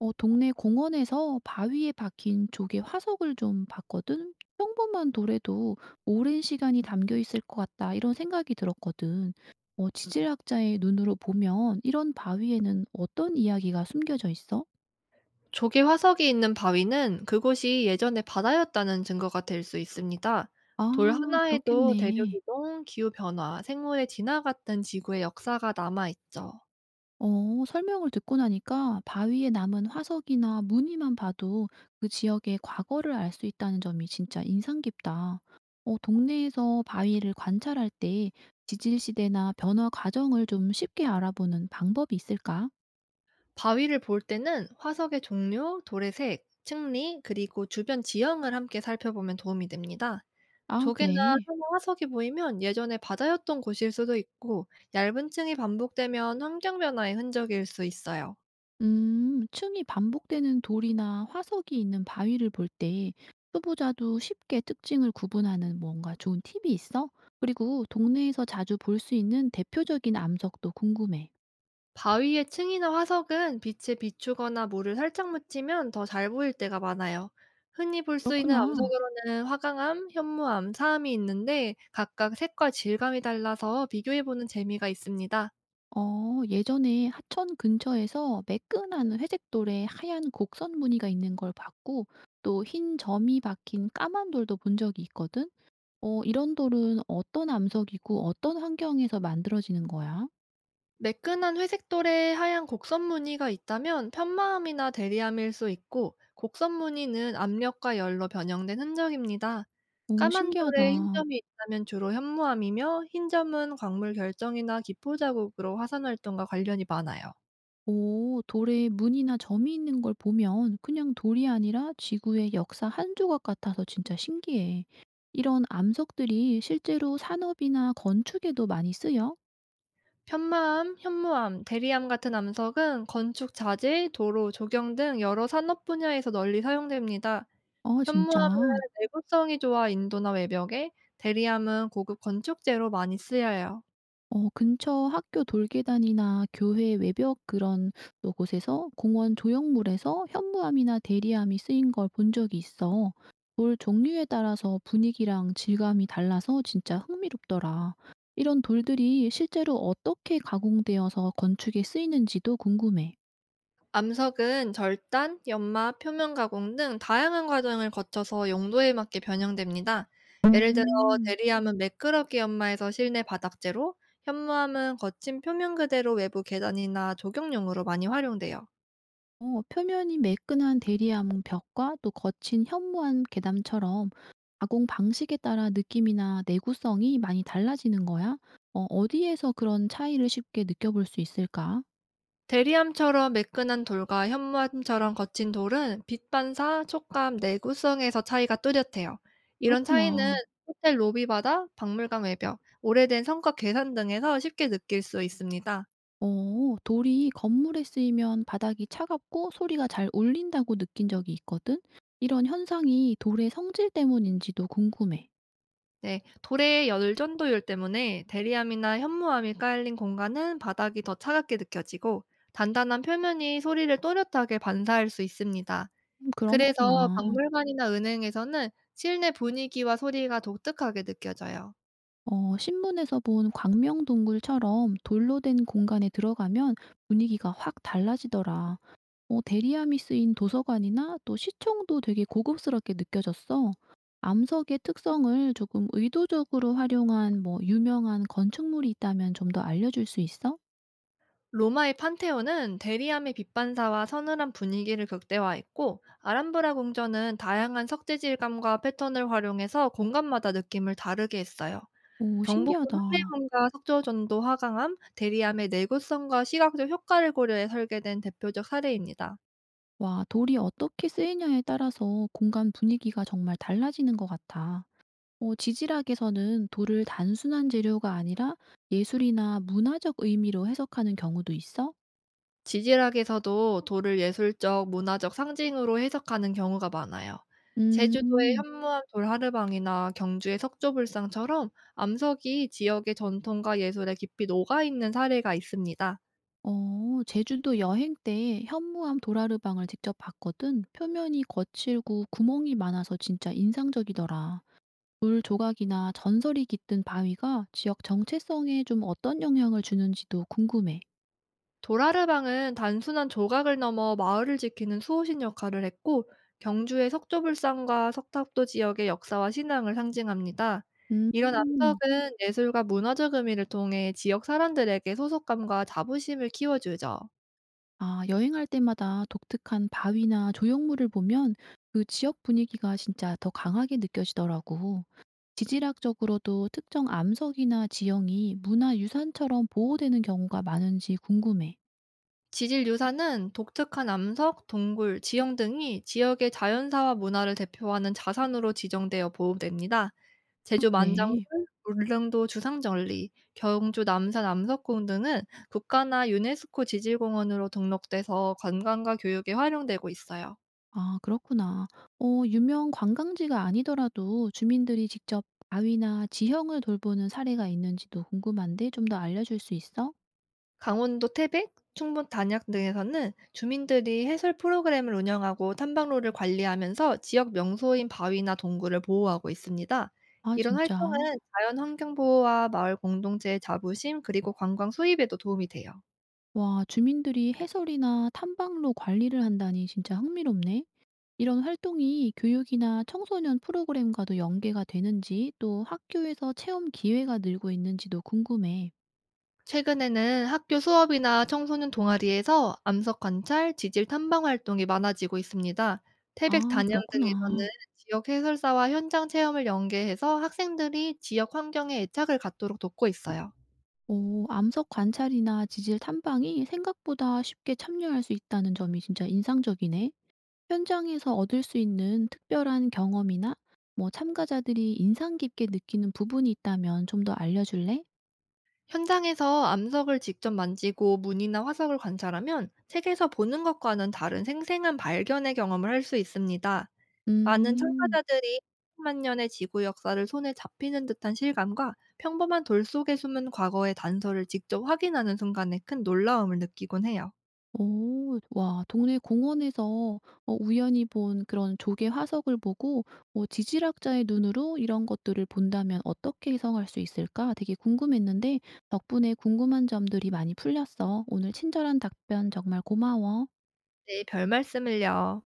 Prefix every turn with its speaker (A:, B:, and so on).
A: 어 동네 공원에서 바위에 박힌 조개 화석을 좀 봤거든. 평범한 돌에도 오랜 시간이 담겨 있을 것 같다, 이런 생각이 들었거든. 지질학자의 눈으로 보면 이런 바위에는 어떤 이야기가 숨겨져 있어?
B: 조개 화석이 있는 바위는 그곳이 예전에 바다였다는 증거가 될 수 있습니다. 돌
A: 아,
B: 하나에도 대륙
A: 그렇겠네.
B: 이동, 기후 변화, 생물의 진화 같은 지구의 역사가 남아 있죠.
A: 설명을 듣고 나니까 바위에 남은 화석이나 무늬만 봐도 그 지역의 과거를 알 수 있다는 점이 진짜 인상 깊다. 동네에서 바위를 관찰할 때 지질 시대나 변화 과정을 좀 쉽게 알아보는 방법이 있을까?
B: 바위를 볼 때는 화석의 종류, 돌의 색, 층리, 그리고 주변 지형을 함께 살펴보면 도움이 됩니다.
A: 아,
B: 조개나
A: 그래.
B: 상어 화석이 보이면 예전에 바다였던 곳일 수도 있고, 얇은 층이 반복되면 환경 변화의 흔적일 수 있어요.
A: 층이 반복되는 돌이나 화석이 있는 바위를 볼 때 초보자도 쉽게 특징을 구분하는 뭔가 좋은 팁이 있어? 그리고 동네에서 자주 볼 수 있는 대표적인 암석도 궁금해.
B: 바위의 층이나 화석은 빛에 비추거나 물을 살짝 묻히면 더 잘 보일 때가 많아요. 흔히 볼 수 있는
A: 그렇구나.
B: 암석으로는 화강암, 현무암, 사암이 있는데 각각 색과 질감이 달라서 비교해보는 재미가 있습니다.
A: 어 예전에 하천 근처에서 매끈한 회색돌에 하얀 곡선 무늬가 있는 걸 봤고, 또 흰 점이 박힌 까만 돌도 본 적이 있거든. 어 이런 돌은 어떤 암석이고 어떤 환경에서 만들어지는 거야?
B: 매끈한 회색돌에 하얀 곡선 무늬가 있다면 편마음이나 대리암일 수 있고 곡선 무늬는 압력과 열로 변형된 흔적입니다.
A: 오,
B: 까만
A: 신기하다.
B: 돌에 흰 점이 있다면 주로 현무암이며 흰 점은 광물 결정이나 기포 자국으로 화산 활동과 관련이 많아요.
A: 오, 돌에 무늬나 점이 있는 걸 보면 그냥 돌이 아니라 지구의 역사 한 조각 같아서 진짜 신기해. 이런 암석들이 실제로 산업이나 건축에도 많이 쓰여?
B: 편마암, 현무암, 대리암 같은 암석은 건축 자재, 도로, 조경 등 여러 산업 분야에서 널리 사용됩니다.
A: 아, 진짜?
B: 현무암은 내구성이 좋아 인도나 외벽에, 대리암은 고급 건축재로 많이 쓰여요.
A: 어 근처 학교 돌계단이나 교회 외벽, 그런 또 곳에서, 공원 조형물에서 현무암이나 대리암이 쓰인 걸 본 적이 있어. 돌 종류에 따라서 분위기랑 질감이 달라서 진짜 흥미롭더라. 이런 돌들이 실제로 어떻게 가공되어서 건축에 쓰이는지도 궁금해.
B: 암석은 절단, 연마, 표면 가공 등 다양한 과정을 거쳐서 용도에 맞게 변형됩니다. 예를 들어
A: 음,
B: 대리암은 매끄럽게 연마해서 실내 바닥재로, 현무암은 거친 표면 그대로 외부 계단이나 조경용으로 많이 활용돼요.
A: 표면이 매끈한 대리암 벽과 또 거친 현무암 계담처럼 가공 방식에 따라 느낌이나 내구성이 많이 달라지는 거야? 어디에서 그런 차이를 쉽게 느껴볼 수 있을까?
B: 대리암처럼 매끈한 돌과 현무암처럼 거친 돌은 빛 반사, 촉감, 내구성에서 차이가 뚜렷해요. 이런 차이는
A: 그렇구나.
B: 호텔 로비 바닥, 박물관 외벽, 오래된 성과 계산 등에서 쉽게 느낄 수 있습니다.
A: 돌이 건물에 쓰이면 바닥이 차갑고 소리가 잘 울린다고 느낀 적이 있거든? 이런 현상이 돌의 성질 때문인지도 궁금해.
B: 네, 돌의 열전도율 때문에 대리암이나 현무암이 깔린 공간은 바닥이 더 차갑게 느껴지고 단단한 표면이 소리를 또렷하게 반사할 수 있습니다.
A: 그런
B: 그래서
A: 거구나.
B: 박물관이나 은행에서는 실내 분위기와 소리가 독특하게 느껴져요.
A: 신문에서 본 광명동굴처럼 돌로 된 공간에 들어가면 분위기가 확 달라지더라. 어 대리함이 쓰인 도서관이나 또 시청도 되게 고급스럽게 느껴졌어. 암석의 특성을 조금 의도적으로 활용한 뭐 유명한 건축물이 있다면 좀 더 알려줄 수 있어?
B: 로마의 판테온은 대리암의 빛반사와 서늘한 분위기를 극대화했고 아람브라 궁전은 다양한 석재 질감과 패턴을 활용해서 공간마다 느낌을 다르게 했어요.
A: 오,
B: 경복궁
A: 신기하다.
B: 한내문과 석조전도 화강암, 대리암의 내구성과 시각적 효과를 고려해 설계된 대표적 사례입니다.
A: 와, 돌이 어떻게 쓰이냐에 따라서 공간 분위기가 정말 달라지는 것 같아. 지질학에서는 돌을 단순한 재료가 아니라 예술이나 문화적 의미로 해석하는 경우도 있어?
B: 지질학에서도 돌을 예술적, 문화적 상징으로 해석하는 경우가 많아요. 제주도의
A: 음,
B: 현무암 돌하르방이나 경주의 석조불상처럼 암석이 지역의 전통과 예술에 깊이 녹아있는 사례가 있습니다.
A: 제주도 여행 때 현무암 도라르방을 직접 봤거든. 표면이 거칠고 구멍이 많아서 진짜 인상적이더라. 물 조각이나 전설이 깃든 바위가 지역 정체성에 좀 어떤 영향을 주는지도 궁금해.
B: 도라르방은 단순한 조각을 넘어 마을을 지키는 수호신 역할을 했고 경주의 석조불상과 석탑도 지역의 역사와 신앙을 상징합니다. 이런
A: 음,
B: 암석은 예술과 문화적 의미를 통해 지역 사람들에게 소속감과 자부심을 키워주죠.
A: 아, 여행할 때마다 독특한 바위나 조형물을 보면 그 지역 분위기가 진짜 더 강하게 느껴지더라고. 지질학적으로도 특정 암석이나 지형이 문화유산처럼 보호되는 경우가 많은지 궁금해.
B: 지질 유산은 독특한 암석, 동굴, 지형 등이 지역의 자연사와 문화를 대표하는 자산으로 지정되어 보호됩니다.
A: 아,
B: 제주 만장굴,
A: 그래.
B: 울릉도 주상절리, 경주 남산 암석궁 등은 국가나 유네스코 지질공원으로 등록돼서 관광과 교육에 활용되고 있어요.
A: 아, 그렇구나. 어 유명 관광지가 아니더라도 주민들이 직접 바위나 지형을 돌보는 사례가 있는지도 궁금한데 좀 더 알려줄 수 있어?
B: 강원도 태백, 충북 단양 등에서는 주민들이 해설 프로그램을 운영하고 탐방로를 관리하면서 지역 명소인 바위나 동굴을 보호하고 있습니다.
A: 아,
B: 이런 활동은
A: 진짜?
B: 자연 환경 보호와 마을 공동체의 자부심 그리고 관광 수입에도 도움이 돼요.
A: 와, 주민들이 해설이나 탐방로 관리를 한다니 진짜 흥미롭네. 이런 활동이 교육이나 청소년 프로그램과도 연계가 되는지, 또 학교에서 체험 기회가 늘고 있는지도 궁금해.
B: 최근에는 학교 수업이나 청소년 동아리에서 암석 관찰, 지질 탐방 활동이 많아지고 있습니다. 태백
A: 아,
B: 단양 등에서는
A: 그렇구나.
B: 지역 해설사와 현장 체험을 연계해서 학생들이 지역 환경에 애착을 갖도록 돕고 있어요.
A: 오, 암석 관찰이나 지질 탐방이 생각보다 쉽게 참여할 수 있다는 점이 진짜 인상적이네. 현장에서 얻을 수 있는 특별한 경험이나 뭐 참가자들이 인상 깊게 느끼는 부분이 있다면 좀 더 알려줄래?
B: 현장에서 암석을 직접 만지고 문이나 화석을 관찰하면 책에서 보는 것과는 다른 생생한 발견의 경험을 할 수 있습니다. 많은
A: 음.
B: 참가자들이 수십만 년의 지구 역사를 손에 잡히는 듯한 실감과 평범한 돌 속에 숨은 과거의 단서를 직접 확인하는 순간에 큰 놀라움을 느끼곤 해요.
A: 오, 와, 동네 공원에서 우연히 본 그런 조개 화석을 보고 지질학자의 눈으로 이런 것들을 본다면 어떻게 해석할 수 있을까 되게 궁금했는데 덕분에 궁금한 점들이 많이 풀렸어. 오늘 친절한 답변 정말 고마워.
B: 네, 별말씀을요.